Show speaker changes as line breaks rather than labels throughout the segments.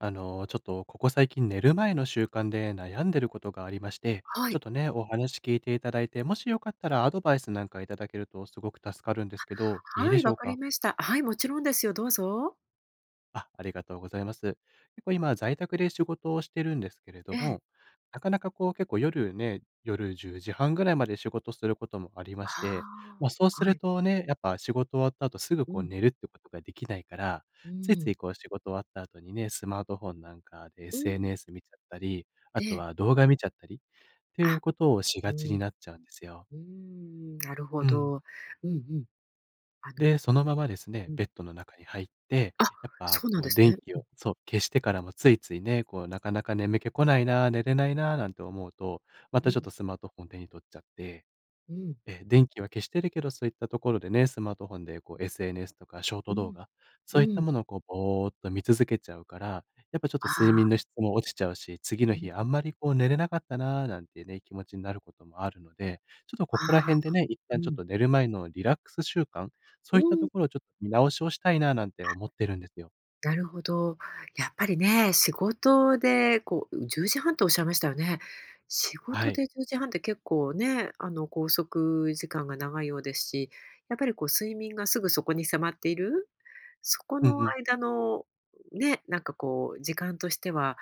ちょっとここ最近寝る前の習慣で悩んでることがありまして、
は
ちょっ
い。
とね、お話聞いていただいて、もしよかったらアドバイスなんかいただけるとすごく助かるんですけど、いい
は
で
い、
しょ
わ
う
かり
か？
ました。はい、もちろんですよ。どうぞ。
あ、ありがとうございます。結構今、在宅で仕事をしてるんですけれ
え
ど
え。
も、なかなかこう結構夜ね、夜10時半ぐらいまで仕事することもありまし
あ
て、
あ、
そうす
は
る
い。
とね、やっぱ仕事終わった後すぐ
う
こう
ん、
寝るってことができないから、
う
ついつ
ん、
いこう仕事終わった後にね、スマートフォンなんかで
うん、
SNS 見ちゃったり、あ
え
と
え。
は動画見ちゃったりってい
あ、
うことをし
う
がち
ん、
になっちゃうんですよ。
うーん、なるほ
うん。
ど。うんうん。あの、
で、そのままですね、
うん。
ベッドの中に入って、
あ、
やっぱ
そうなん
こ
で
う
す
電
ね。
気
うん、
をそう、消してからもついついね、こうなかなか眠気こないな、寝れないな、なんて思うと、ま
う
た
ん、
ちょっとスマートフォン手に取っちゃって
うん、
電気は消してるけど、そういったところでね、スマートフォンでこう SNS とかショー
う
ト動
ん、
画、そういっ
う
た
ん。
ものをこうぼーっと見続けちゃうから、やっぱちょっと
あ
睡
あ、
眠の質も落ちちゃうし、次の
う
日あ
ん、
んまりこう寝れなかったなーなんてね、気持ちになることもあるので、ちょっと
あ
ここら辺で
あ、
ね、一
う
旦ちょっ
ん、
と寝る前のリラックス習慣、
う
そういった
ん。
ところをちょっと見直しをしたいなーなんて思ってるんですよ。
なるほど。やっぱりね、仕事で10時半っておっしゃいましたよね。仕
は
事
い。
で10時半って結構ね、拘束時間が長いようですし、やっぱりこう睡眠がすぐそこに迫っている、そこ
うん
の
うん。
間のね、こう時間としては、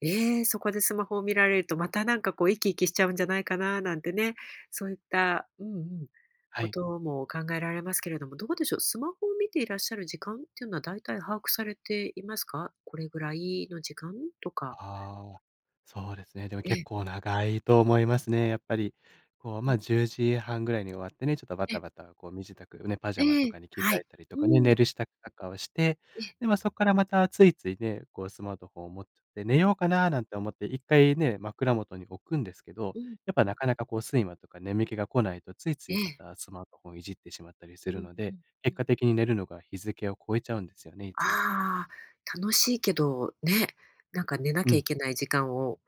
ええ、そこでスマホを見られると、またこう、イキイキしちゃうんじゃないかななんてね、そういった、うんうん、
は
こ
い。
とも考えられますけれども、どうでしょう、スマホを見ていらっしゃる時間っていうのは大体把握されていますか？これぐらいの時間とか。
ああ、そうですね。でも
え
結
え、
構長いと思いますね。やっぱり、こう、
うん、
10時半ぐらいに終わってね、ちょっとバ
え
タ
え、
バタこう身支度、ね、パジ
え
ャマと
え、
かに着替
は
え
い。
たりと
う
かね、
ん、
寝る支度とかをして、
ええ、
で、まあ、そこからまたついついね、こうスマートフォンを持っちゃって、
う
寝よ
ん、
うかななんて思って一回ね、枕元に置くんですけど、
うん、
やっぱなかなかこう睡魔とか眠気が来ないと、ついつ
え
いま
え、
たスマートフォンをいじってしまったりす
うん
る
う
ので、
ん、う
結果
ん。
的に寝るのが日付を超えちゃうんですよね、いつも。
ああ、楽しいけど、ね、寝な
う
きゃい
ん、
けない時間を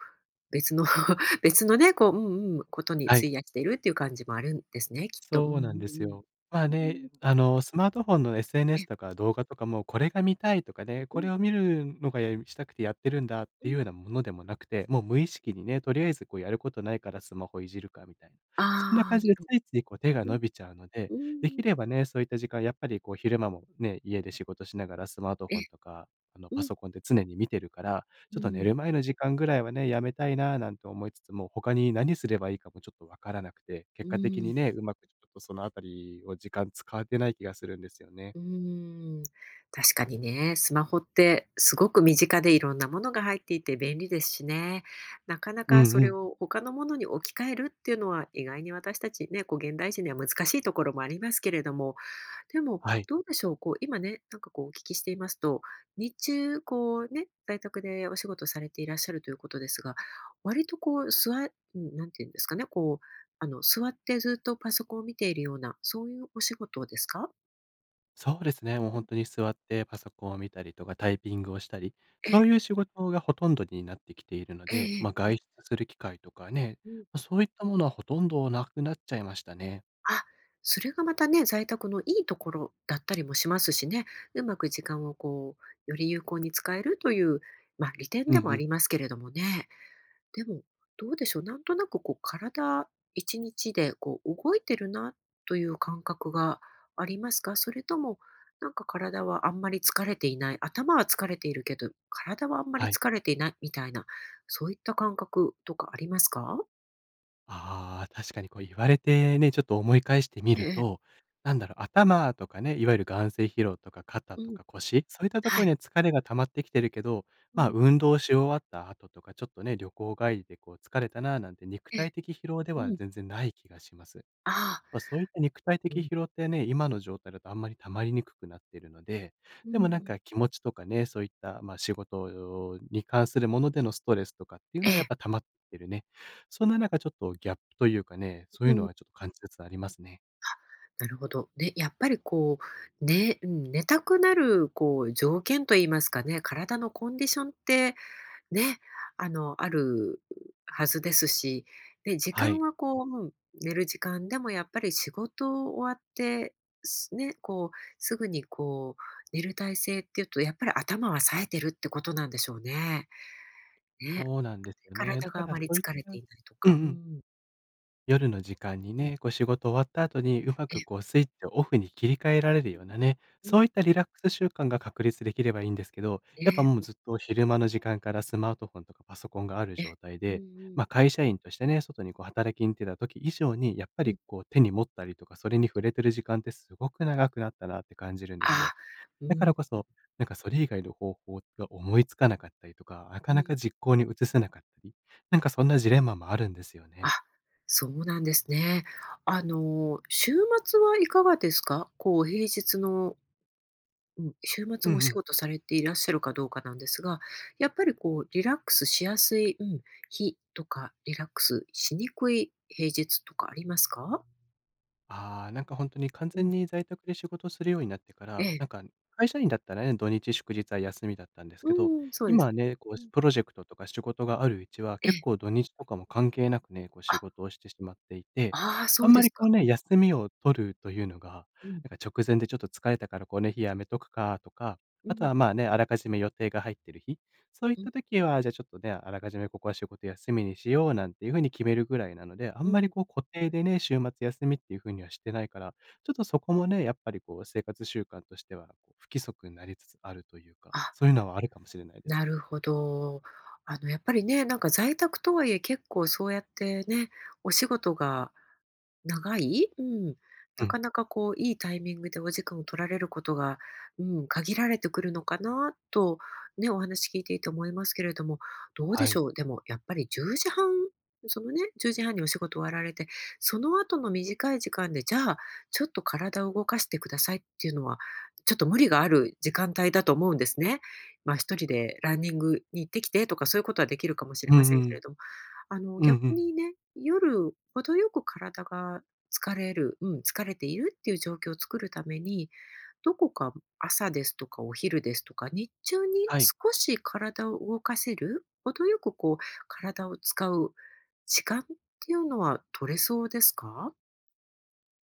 別の 別のね、こう、うんうん、ことに
はい。
費やしているっていう感じもあるんですね、きっと。うんう
そ
ん
うなんです
うん。
よ。まあ
うん、
ね、スマートフォンの SNS
え、
とか動画とかも、これが見たいとかね、
う
こ
ん
れを見るのがやしたくてやってるんだっ
う
ていう
ん。
ようなものでもなくて、もう無意識にね、とりあえずこうやることないからスマホいじるかみたいな。そんな
あ
感
あ、
じ
な
で
る
ついついこう手が
ほど。
伸びちゃうので、
う
で
ん、
き
うん。
ればね、そういった時間、やっぱりこう昼間もね、家で仕事しながらスマート
え、
フォンとか、パ
うん、
ソコンで常に見てるから、
う
ちょっと寝
ん、
る前の時間ぐらいはね、やめたいななんて思いつつも、他に何すればいいかもちょっとわからなくて、
う
結果的
ん。
にね、うまくちょっとそのあたりを時間使ってない気がするんですよね。
うーん、確かにね、スマホってすごく身近でいろんなものが入っていて便利ですしね、なかな
う
か
ん
そ
う
れ
ん。
を他のものに置き換えるっていうのは意外に私たちね、こう現代人には難しいところもありますけれども、でも
はい。
どうでしょう、こう今ね、こうお聞きしていますと、日中こうね、在宅でお仕事されていらっしゃるということですが、割とこう座、うん、なんていうんですかね、こう、座ってずっとパソコンを見ているような、そういうお仕事ですか？
そうですね、もう
うん、
本当に座ってパソコンを見たりとか、タイピングをしたり、
え
そ
え。
ういう仕事がほとんどになってきているの
え
で、
え
まあ、
え
外出
え。
する機会とかね、
うんうん。
そういったものはほとんどなくなっちゃいましたね。
あ、それがまたね、在宅のいいところだったりもしますしね。うまく時間をこう、より有効に使えるという、まあ、利点
うん
で
う
もあ
ん。
りますけれどもね。でも、どうでしょう、なんとなくこう体、1日でこう動いてるなという感覚がありますか？それとも、体はあんまり疲れていない、頭は疲れているけど、体はあんまり
はい。
疲れていないみたいな、そういった感覚とかありますか？
ああ、確かにこう言われてね、ちょっと思い返してみ
え
る
えええ。
と、なんだろう、頭とかね、いわゆる眼性疲労とか肩
う
と
ん。
か腰、そういったとこ
は
ろ
い。
には疲れが溜まってきてるけど、
う
まあ
ん。
運動し終わった後とか、ちょっとね、旅行帰りでこう疲れたななんて肉
ええ、
体的疲労で
う
は
ん。
全然ない気がします。
ああ、
まあ、そういった肉体
う
的疲
ん。
労ってね、今の状態だとあんまり溜まりにくくなっているので、
う
でもなん
ん。
か気持ちとかね、そういった、まあ、仕事に関するものでのストレスとかっていう
え
のはや
え、
っぱ溜まってるね。そんな中ちょっとギャップというかね、そう
う
いうの
ん、
はちょっと感じつつありますね。
なるほど。ね、やっぱりこう、ね、うん、寝たくなるこう条件といいますかね、体のコンディションってね、あるはずですし、で、時
は
間
い。
はこう、うん、寝る時間でもやっぱり仕事終わって、すね、こう、すぐにこう、寝る体勢っていうと、やっぱり頭は冴えてるってことなんでしょうね。ね、
そうなんですよね。
体
だ
が
か
あ
ら
ま
そ
り
ういっ
疲れ
た
ていないと
う
か。う
ん
ん、
夜の時間に
うん、
ね、こう仕事終わった後にうま
え
く
え、
こうスイッチをオフに切り替えられるようなね、
う
そ
ん。
ういったリラックス習慣が確立できればいいんですけど、
え
やっぱもう
え、
ずっと昼間の時間からスマートフォンとかパソコンがある
ええ。
状態
うん
で、
うん。
会社員としてね、外にこう働きに出た時以上に、やっぱ
うん。
りこう手に持ったりとか、それに触れてる時間ってすごく長くなったなって感じるんです
あ、
よ。
う
だか
ん、
らこそ、なんかそれ以外の方法が思いつかなかったりとか、な
う
かなか
ん。
実行に移せなかったり、なんかそんなジレンマもあるんですよ
あ、
ね。
そうなんですね。週末はいかがですか？こう平日の、うん、週末
うん
も
う
お仕
ん。
事されていらっしゃるかどうかなんですが、やっぱりこうリラックスしやすい、うん、日とか、リラックスしにくい平日とかありますか？
ああ、なんか本当に完
うん。
全に在宅で仕事するようになってか
え
ら、
え。
なんか会社員だったらね、土日祝日は休みだったんです
う
けど、
ん、そうです。
今ね、こう
うん。
プロジェクトとか仕事があるうちは、
え
結
え。
構土日とかも関係なくね、こう仕
あ、
事をしてしまっていて、
ああ、そ
あ
う
ん
で
ま
す
り
か。
こう
う
ね、
ん、
休みを取るというのが、
うん、
なんか直前でちょっと疲れたからこの日やめとくかとか、
う
あと
ん、
はまあね、あらかじめ予定が入ってる日そういっ
うん、
た時は、じゃあちょっとね、あらかじめここは仕事休みにしようなんていう風に決めるぐらいなので、あ
う
んまり
ん。
こう固定でね、週末休みっていう風にはしてないから、ちょっとそこもね、やっぱりこう生活習慣としてはこう不規則になりつつあるというか、
あ。
そういうのはあるかもしれないです。
なるほど。やっぱりね、在宅とはいえ結構そうやってね、お仕事が長い？うん。
う
な
ん。
かなかこういいタイミングでお時間を取られることが、うん、限られてくるのかなと、ね、お話聞いていて思いますけれども、どうで
は
し
い。
ょう？でもやっぱり10時半、そのね、10時半にお仕事終わられて、その後の短い時間で、じゃあ、ちょっと体を動かしてくださいっていうのは、ちょっと無理がある時間帯だと思うんですね。まあ、一人でランニングに行ってきてとかそういうことはできるかもしれ
う
ま
ん
せ
う
んけれ
ん。
ども、
うん
逆
うん。
にね、夜程よく体が疲れる、うん、疲れているっていう状況を作るために、どこか朝ですとかお昼ですとか、日中に
はい。
少し体を動かせる、程よくこう体を使う時間っていうのは取れそうですか？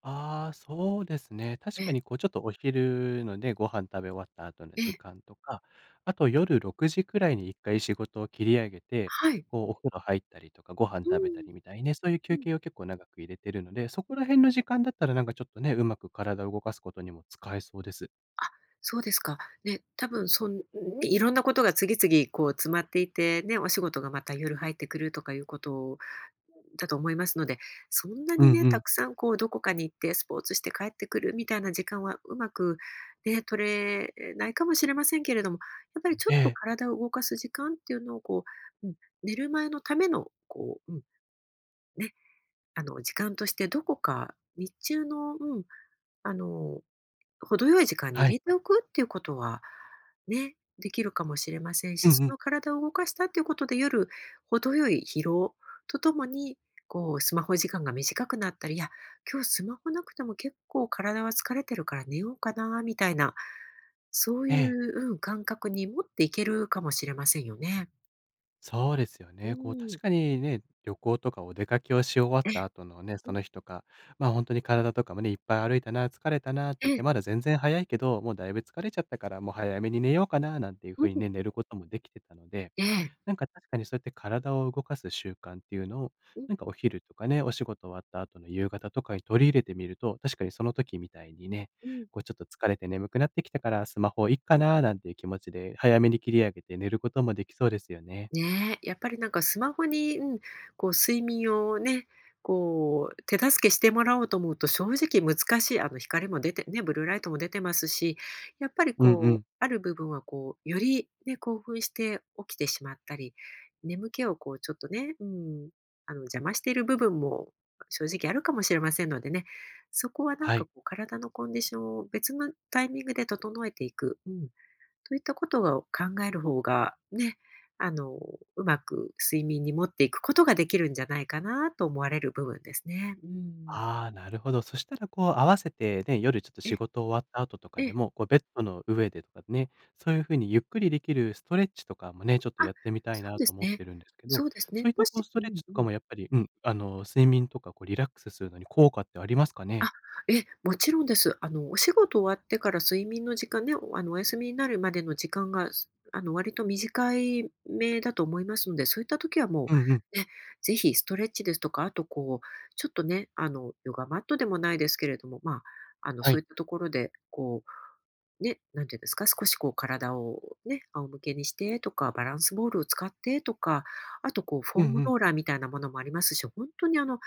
ああ、そうですね。確
え
か
え、
にこうちょっとお昼のね、ご飯食べ終わった後の
え
時
え、
間とか、あと夜6時くらいに1回仕事を切り上げて、
はい。
こうお風呂入ったりとかご飯
う
食べた
ん、
りみたいにね、そういう
う
休
ん、
憩を結構長く入れてるので、そ
う
こら
ん。
辺の時間だったらなんかちょっとね、うまく体を動かすことにも使えそうです。
あ、そうですか。ね、多分そんね、いろんなことが次々こう詰まっていて、ね、お仕事がまた夜入ってくるとかいうことだと思いますので、そんな
うん
にね、
う
た
ん。
くさんこうどこかに行ってスポーツして帰ってくるみたいな時間はうまくね、取れないかもしれませんけれども、やっぱりちょ
え
っと
え、
体を動かす時間っていうのをこう、うん、寝る前のためのこう、うん、ね、時間としてどこか日中の、うん、あの程よい時間に
は
入
い。
れておくっていうことは、ね、できるかもしれません
うん
し、そ
うん。
の体を動かしたっていうことで、夜、程よい疲労とともに、こう、スマホ時間が短くなったり、いや、今日スマホなくても結構体は疲れてるから寝ようかな、みたいな、そう
え
い
え。
う、うん、感覚に持っていけるかもしれませんよね。
そうですよ
う
ね。こう
ん。
確かにね、旅行とかお出かけをし終わっ
え
た
え、
後のね、
う
そ
ん、
の日とか、まあ、本当に体とかもね、いっぱい歩いたな、疲れたなって
え
言っ
え、
て、まだ全然早いけど、もうだいぶ疲れちゃったから、もう早めに寝ようかななんていう
うん、
風にね、寝ることもできてたので、
ええ、
なんか確かにそうやって体を動かす習慣っていうのを、
うん、
なんかお昼とかね、お仕事終わった後の夕方とかに取り入れてみると、確かにその時みたいにね、
うん。
こうちょっと疲れて眠くなってきたから、スマホいっかななんていう気持ちで、早めに切り上げて寝ることもできそうですよね。
ねえ、やっぱりスマホに、うん、こう睡眠をね、こう手助けしてもらおうと思うと正直難しい、光も出てね、ブルーライトも出てますし、やっぱり
うんう
こ
ん。
う、ある部分はこう、よりね、興奮して起きてしまったり、眠気をこうちょっとね、うん、邪魔している部分も正直あるかもしれませんのでね、そこは
はい。
こう体のコンディションを別のタイミングで整えていく。うんといったことがを考える方が、ね、あの、うまく睡眠に持っていくことができるんじゃないかなと思われる部分ですね。うん。
ああ、なるほど。そしたらこう合わせてね、夜ちょっと
え
仕事終わった後とか
え
で
え。
も、こうベッドの上でとかね、そういう風にゆっくりできるストレッチとかもね、ちょっと
あ、
やってみた
そ
い
う
な
で
と
す
思っ
ね。
てるんですけ
そ
ど、
うです
そ
ね。
ういっ
も
たこう
し、
ス
う
トレッ
ん
チと
う
か
ん。
もやっぱり、うん、睡眠とかこうリラックスするのに効果ってありますかね？
あ、え、もちろんです。お仕事終わってから睡眠の時間ね、おお休みになるまでの時間が、す割と短いめだと思いますので、そういった時はも
うんうん。
う、ね、ぜひストレッチですとか、あとこう、ちょっとね、ヨガマットでもないですけれども、まあ、
は
そうい
い。
ったところで、こう、ね、なんていうんですか、少しこう体をね、仰向けにしてとか、バランスボールを使ってとか、あとこうフ
う
ォー
ん
ム
う
ロ
ん。
ーラーみたいなものもありますし、本当に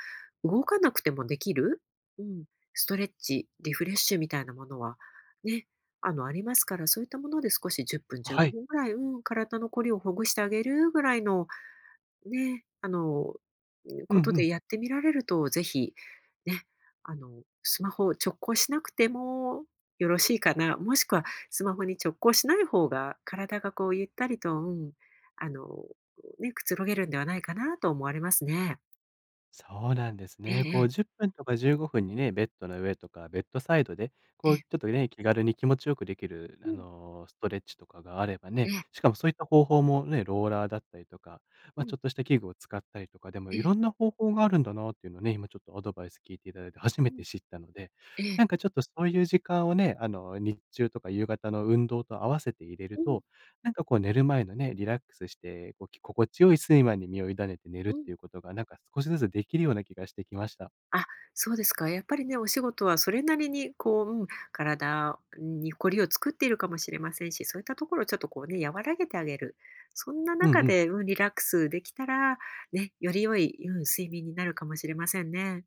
動かなくてもできる、うん、ストレッチ、リフレッシュみたいなものはね、ありますから、そういったもので少し10分15
はい。
分ぐらい、うん、体のこりをほぐしてあげるぐらいのね、
うん
こ
う
とで
ん。
やってみられると、ぜひ、ね、スマホを直行しなくてもよろしいかな、もしくはスマホに直行しない方が、体がこうゆったりと、うん、あの、ね、くつろげるんではないかなと思われますね。
そうなんです
ええ
ね。
え
こ
え、
う10分とか15分にね、ベッドの上とかベッドサイドで、
え
こう
え、
ちょっとね、気軽に気持ちよくできる、
うん、
ストレッチとかがあれば
え
ね、
え、
しかもそういった方法もね、ローラーだったりとか、
う
まあ、
ん、
ちょっとした器具を使ったりとかでも
え
い
え、
ろんな方法があるんだなっていうのをね、今ちょっとアドバイス聞いていただいて初
う
め
ん、
て知ったので、
え
な
え、
んかちょっとそういう時間をね、日中とか夕方の運動と合わせて入れる
うん、
と、なんかこう寝る前のね、リラックスして、こう、き心地よい睡魔に身を委ねて寝るっ
うん。
ていうことが、なんか少しずつできるような気がしてきました。
あ、そうですか。やっぱりね、お仕事はそれなりにこう、うん、体にこりを作っているかもしれませんし、そういったところをちょっとこうね、和らげてあげる。そんな
うん
中
うん。
で、うん、リラックスできたら、ね、より良い、うん、睡眠になるかもしれませんね。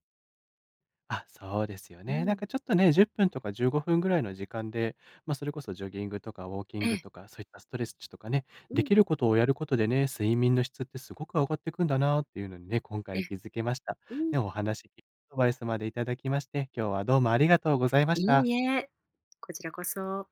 あ、そうですよ
う
ね。なん
ん。
かちょっとね、10分とか15分ぐらいの時間で、それこそジョギングとかウォーキン
え
グ
え、
とか、そういったストレッチとかね、
う
で
ん、
きることをやることでね、睡眠の質ってすごく上がっていくんだなっていうのにね、今
ええ、
回気づけました。
う
ね、
ん。
お話、アドバイスまでいただきまして、今日はどうもありがとうございま
い
した。
いえ。こちらこそ。